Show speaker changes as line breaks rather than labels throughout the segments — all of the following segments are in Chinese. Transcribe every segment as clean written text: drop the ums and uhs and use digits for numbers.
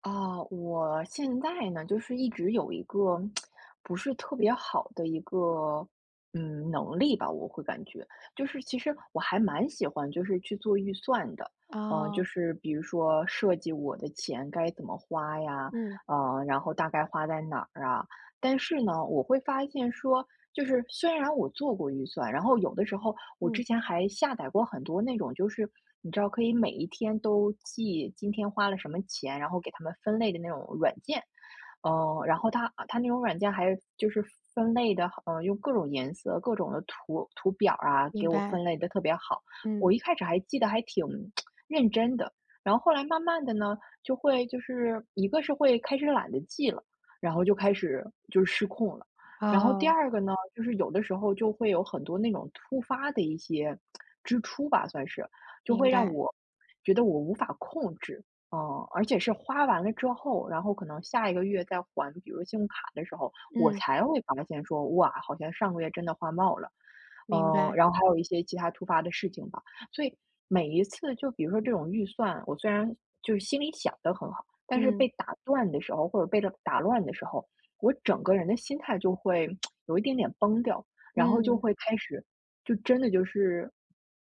我现在呢，就是一直有一个不是特别好的一个能力吧。我会感觉就是其实我还蛮喜欢就是去做预算的，就
哦，
是比如说设计我的钱该怎么花呀，
嗯
然后大概花在哪儿啊。但是呢，我会发现说，就是虽然我做过预算，然后有的时候我之
嗯，
前还下载过很多那种，就是你知道可以每一天都记今天花了什么钱，然后给他们分类的那种软件。嗯，然后它那种软件还就是分类的，用各种颜色、各种的图表啊，给
明
我分
白，
类的特别好。我
嗯，
一开始还记得还挺 认真的，然后后来慢慢的呢，就会就是一个是会开始懒得记了，然后就开始就是失控了。然后第
哦，
二个呢，就是有的时候就会有很多那种突发的一些支出吧，算是，就
明
会让
白，
我觉得我无法控制。嗯，而且是花完了之后，然后可能下一个月再还，比如信用卡的时候，我
嗯，
才会发现说，哇，好像上个月真的花冒了。嗯，
明白，
然后还有一些其他突发的事情吧，所以每一次就比如说这种预算，我虽然就是心里想的很好，但是
嗯
被打断的时候，或者被打乱的时候，我整个人的心态就会有一点点崩掉，然后就
嗯，
会开始，就真的就是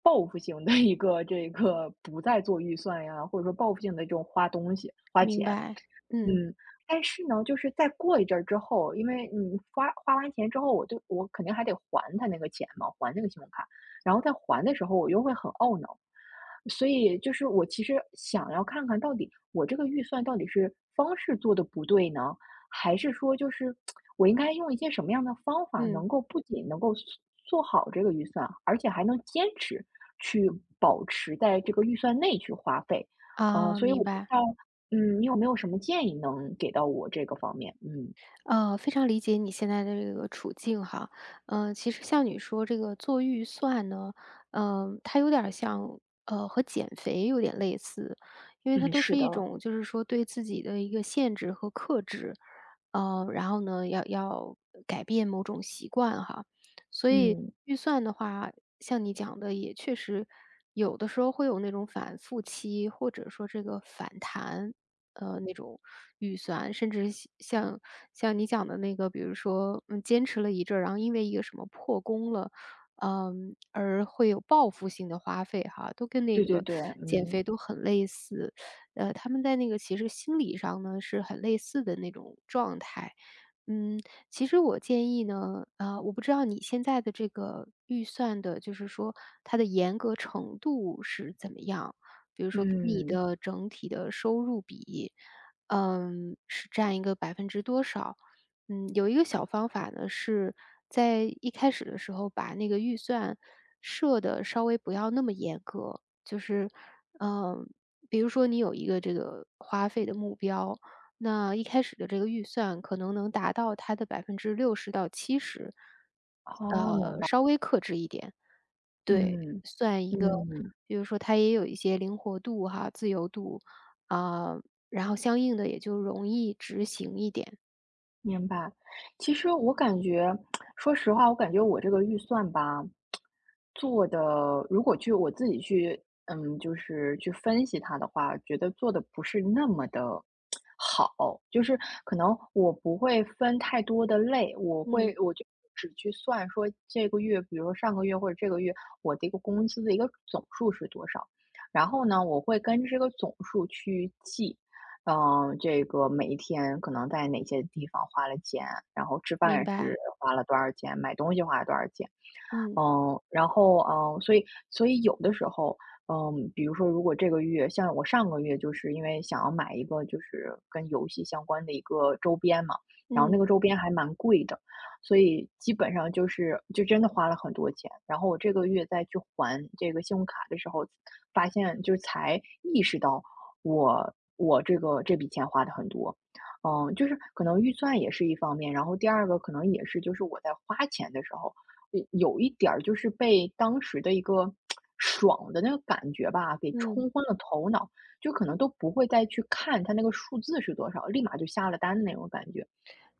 报复性的一个这个不再做预算呀，或者说报复性的这种花东西、花
明
钱。
白，嗯
嗯，但是呢，就是再过一阵儿之后，因为你花完钱之后，我肯定还得还他那个钱嘛，还那个信用卡，然后在还的时候，我又会很懊恼。所以就是我其实想要看看到底我这个预算到底是方式做的不对呢，还是说就是我应该用一些什么样的方法，
嗯，
能够不仅能够做好这个预算，而且还能坚持去保持在这个预算内去花费？嗯，
哦，
所以我
明
不知
白。
道，你有没有什么建议能给到我这个方面？嗯。
非常理解你现在的这个处境哈，嗯，其实像你说这个做预算呢，嗯，它有点儿像，和减肥有点类似，因为它
嗯，
都
是
是一
的。
种就是说对自己的一个限制和克制，然后呢，要改变某种习惯哈，所以
嗯，
预算的话，像你讲的也确实有的时候会有那种反复期，或者说这个反弹，那种预算，甚至是像你讲的那个，比如说，嗯，坚持了一阵儿，然后因为一个什么破功了，嗯，而会有报复性的花费哈，都跟那
对对
个
对。
减
嗯。
肥都很类似。他们在那个其实心理上呢是很类似的那种状态。嗯，其实我建议呢，啊、我不知道你现在的这个预算的，就是说它的严格程度是怎么样。比如说跟你
嗯，
的整体的收入比，嗯，是占一个百分之多少。嗯，有一个小方法呢，是在一开始的时候把那个预算设的稍微不要那么严格，就是，嗯，比如说你有一个这个花费的目标，那一开始的这个预算可能能达到它的60%到70%，
好，明白。
稍微克制一点。对，
嗯。
算一个
嗯。
比如说它也有一些灵活度哈、自由度，啊，然后相应的也就容易执行一点。
明白。其实我感觉说实话，我感觉我这个预算吧，做的如果去我自己去，就是去分析它的话，觉得做的不是那么的好。就是可能我不会分太多的类，我会
嗯，
我就只去算说这个月，比如说上个月或者这个月，我的一个工资的一个总数是多少。然后呢，我会跟这个总数去记，嗯，这个每一天可能在哪些地方花了钱，然后吃
明
饭
白，
是花了多少钱，买东西花了多少钱。
嗯，
所以有的时候，比如说如果这个月像我上个月就是因为想要买一个就是跟游戏相关的一个周边嘛，然后那
嗯，
个周边还蛮贵的，所以基本上就是就真的花了很多钱。然后我这个月再去还这个信用卡的时候，发现就是才意识到我这个这笔钱花的很多。嗯，就是可能预算也是一方面，然后第二个可能也是就是我在花钱的时候。有一点儿就是被当时的一个爽的那个感觉吧，给
嗯，
冲昏了头脑，就可能都不会再去看它那个数字是多少，立马就下了单的那种感觉。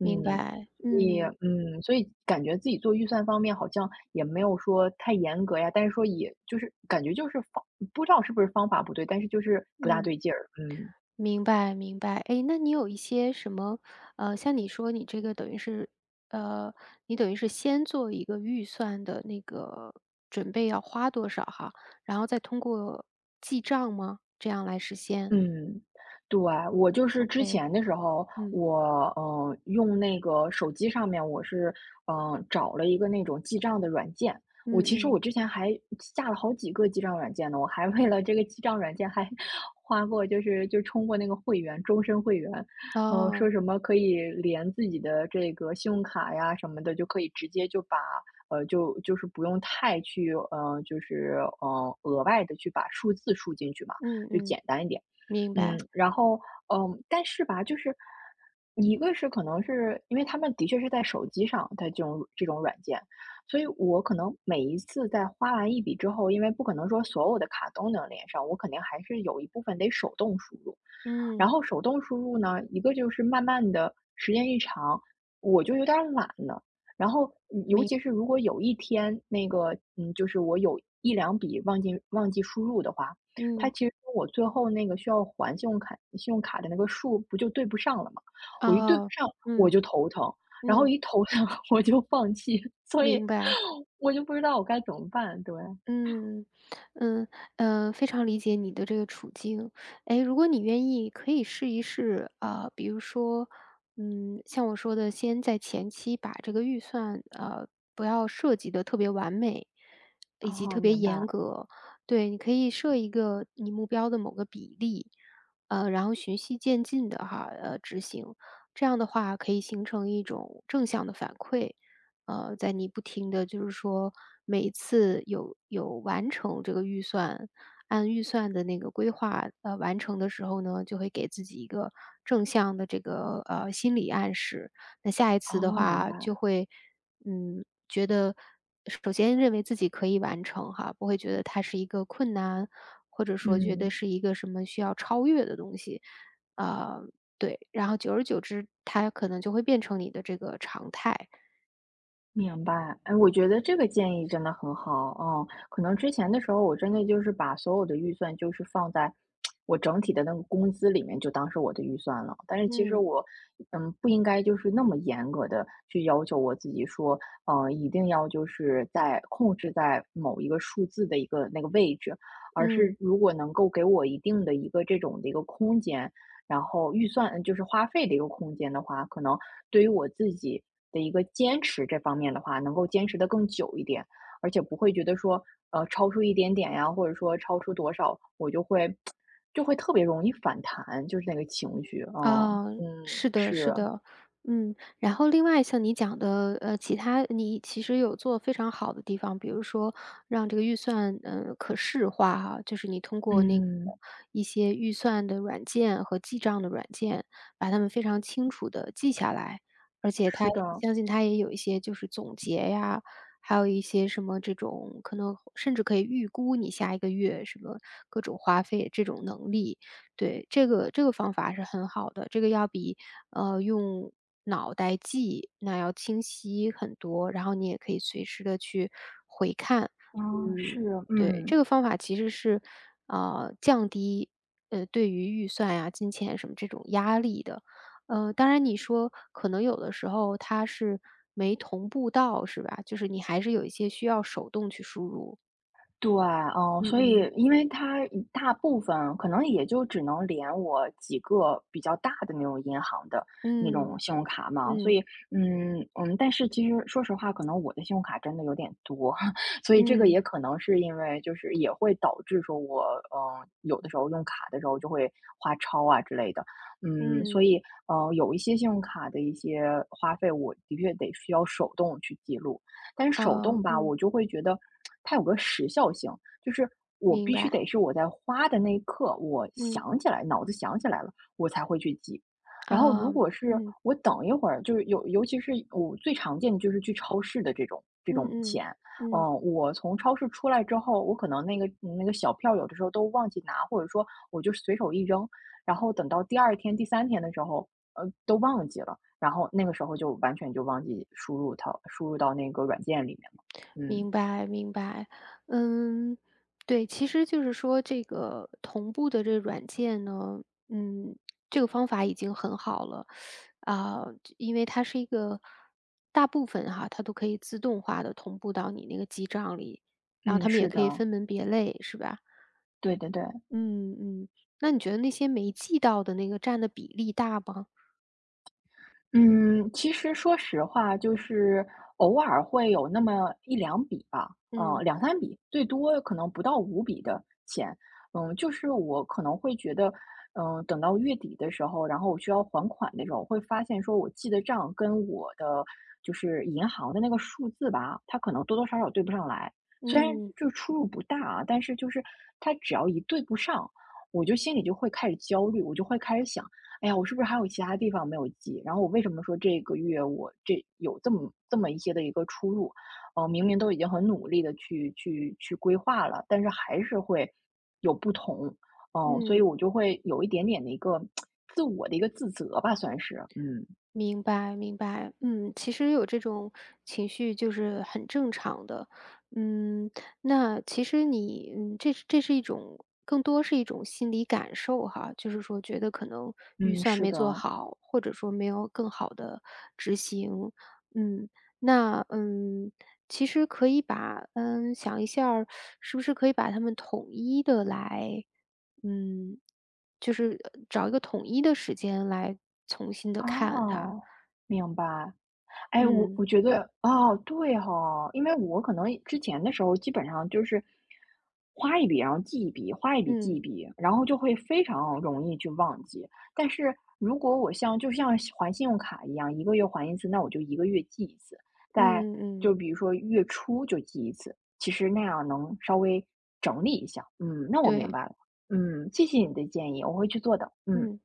明白，
所以
嗯，
所以感觉自己做预算方面好像也没有说太严格呀，但是说也就是感觉就是方不知道是不是方法不对，但是就是不大
嗯，
对劲儿。嗯。
明白，明白。哎，那你有一些什么像你说你这个等于是呃，你等于是先做一个预算的那个准备要花多少哈，然后再通过记账吗？这样来实现
嗯，对，我就是之
？OK，
前的时候，
嗯。
我用那个手机上面，我是找了一个那种记账的软件。我其实
嗯
我
嗯，
之前还下了好几个记账软件呢，我还为了这个记账软件还 花过，就是就充过那个会员，终身会员。嗯，
哦，
说什么可以连自己的这个信用卡呀什么的，就可以直接就把就是不用太去就是额外的去把数字输进去嘛，
嗯
就
嗯，
简单一点。
明
嗯，
白，
然后，但是吧，就是一个是可能是因为他们的确是在手机上在这种软件，所以我可能每一次在花完一笔之后，因为不可能说所有的卡都能连上，我肯定还是有一部分得手动输入。然
嗯，
后手动输入呢，一个就是慢慢的时间一长，我就有点儿懒了。然后尤
明
其是如果有一天那个，嗯，就是我有一两笔忘记输入的话，它
嗯，
其实跟我最后那个需要还信用卡的那个数不就对不上了吗？我一对不
哦，
上我
嗯
就头疼，然后
嗯，
一头疼 我就放弃，所以
明白。
我就不知道我该怎么办。对。
嗯，嗯，嗯，非常理解你的这个处境。哎，如果你愿意，可以试一试啊，比如说，嗯，像我说的，先在前期把这个预算，不要设计的特别完美，以及
哦，
特别
明白。
严格。对，你可以设一个你目标的某个比例，然后循序渐进的哈，执行。这样的话可以形成一种正向的反馈。在你不停的，就是说每一次有完成这个预算，按预算的那个规划，完成的时候呢，就会给自己一个正向的这个，心理暗示。那下一次的
哦，明
话
白。
就会，嗯，觉得首先认为自己可以完成哈，不会觉得它是一个困难，或者说觉
嗯。
得是一个什么需要超越的东西。啊，对，然后久而久之，它可能就会变成你的这个常态。
明白，哎，我觉得这个建议真的很好。嗯，可能之前的时候我真的就是把所有的预算就是放在我整体的那个工资里面，就当是我的预算了。但是其实
嗯。
我，嗯，不应该就是那么严格的去要求我自己说，嗯，一定要就是在控制在某一个数字的一个那个位置，而
嗯，
是如果能够给我一定的一个这种的一个空间，然后预算就是花费的一个空间的话，可能对于我自己的一个坚持这方面的话，能够坚持的更久一点，而且不会觉得说，呃，超出一点点呀，或者说超出多少，我就会就会特别容易反弹，就是那个情绪。嗯
啊，
嗯，
是的，是
是。
的，嗯，然后另外像你讲的，其他你其实有做非常好的地方，比如说让这个预算，嗯，可视化哈，就是你通过那个
嗯，
一些预算的软件和记账的软件，把它们非常清楚的记下来，而且它
是的。
相信它也有一些就是总结呀，还有一些什么这种可能甚至可以预估你下一个月什么各种花费这种能力。对，这个方法是很好的，这个要比，用脑袋记，那要清晰很多，然后你也可以随时的去回看。
嗯是。
嗯，对，
嗯。
这个方法其实是，降低，对于预算呀、金钱什么这种压力的。当然你说可能有的时候它是没同步到是吧？就是你还是有一些需要手动去输入。
对。嗯，
嗯
所以
嗯。
因为它一大部分可能也就只能连我几个比较大的那种银行的那
嗯，
种信用卡嘛，所
嗯，
以，嗯嗯，但是其实说实话，可能我的信用卡真的有点多，所以这个
嗯，
也可能是因为就是也会导致说我，嗯，有的时候用卡的时候就会花超啊之类的。嗯，所
嗯，
以，有一些信用卡的一些花费，我的确得需要手动去记录。但是手
啊
动吧，
嗯。
我就会觉得它有个时效性，就是我
明
必须
白，
得是我在花的那一刻，我
嗯，
想起来，脑子想起来了，我才会去记。然后
啊，
如果是
嗯，
我等一会儿，就是有，尤其是我最常见的就是去超市的这
嗯
种
嗯
钱，
嗯，
我从超市出来之后，我可能那个小票有的时候都忘记拿，或者说我就随手一扔，然后等到第二天、第三天的时候，呃，都忘记了。然后那个时候就完全就忘记输入到那个软件里面了。嗯。
明白明白，嗯，对，其实就是说这个同步的这软件呢，嗯，这个方法已经很好了，啊，因为它是一个大部分哈，它都可以自动化的同步到你那个记账里，然后
嗯，
他们也
是的。
可以分门别类，是吧？
对对对。
嗯嗯，那你觉得那些没记到的那个占的比例大吗？
嗯，其实说实话，就是偶尔会有那么一两笔吧，呃
嗯
两三笔，最多可能不到五笔的钱。嗯，就是我可能会觉得，嗯，等到月底的时候，然后我需要还款的时候，会发现说我记的账跟我的就是银行的那个数字吧，它可能多多少少对不上来。虽然
嗯
就出入不大啊，但是就是它只要一对不上，我就心里就会开始焦虑，我就会开始想哎呀，我是不是还有其他地方没有记？然后我为什么说这个月我这有这么一些的一个出入？呃，明明都已经很努力的去规划了，但是还是会有不同。所以
嗯。
我就会有一点点的一个自我的一个自责吧，算是。嗯。
明白，明白。嗯，其实有这种情绪就是很正常的。嗯，那其实你，嗯，这是一种，更多是一种心理感受哈，就是说觉得可能预
嗯，
算
是
没
的。
做好，或者说没有更好的执行。嗯，那嗯，其实可以把，嗯，想一下儿，是不是可以把它们统一的来嗯，就是找一个统一的时间来重新的看它。
哦，明白，哎，我
嗯，
我觉得哦，对哈，因为我可能之前的时候基本上就是花一笔，然后记一笔，花一笔记一
嗯，
笔，然后就会非常容易去忘记。但是如果我像就像是还信用卡一样，一个月还一次，那我就一个月记一次，
嗯
在
嗯
就
嗯，
比如说月初就记一次，其实那样能稍微整理一下。嗯，那我明
对，
白了。嗯，谢谢你的建议，我会去做的。嗯。
嗯。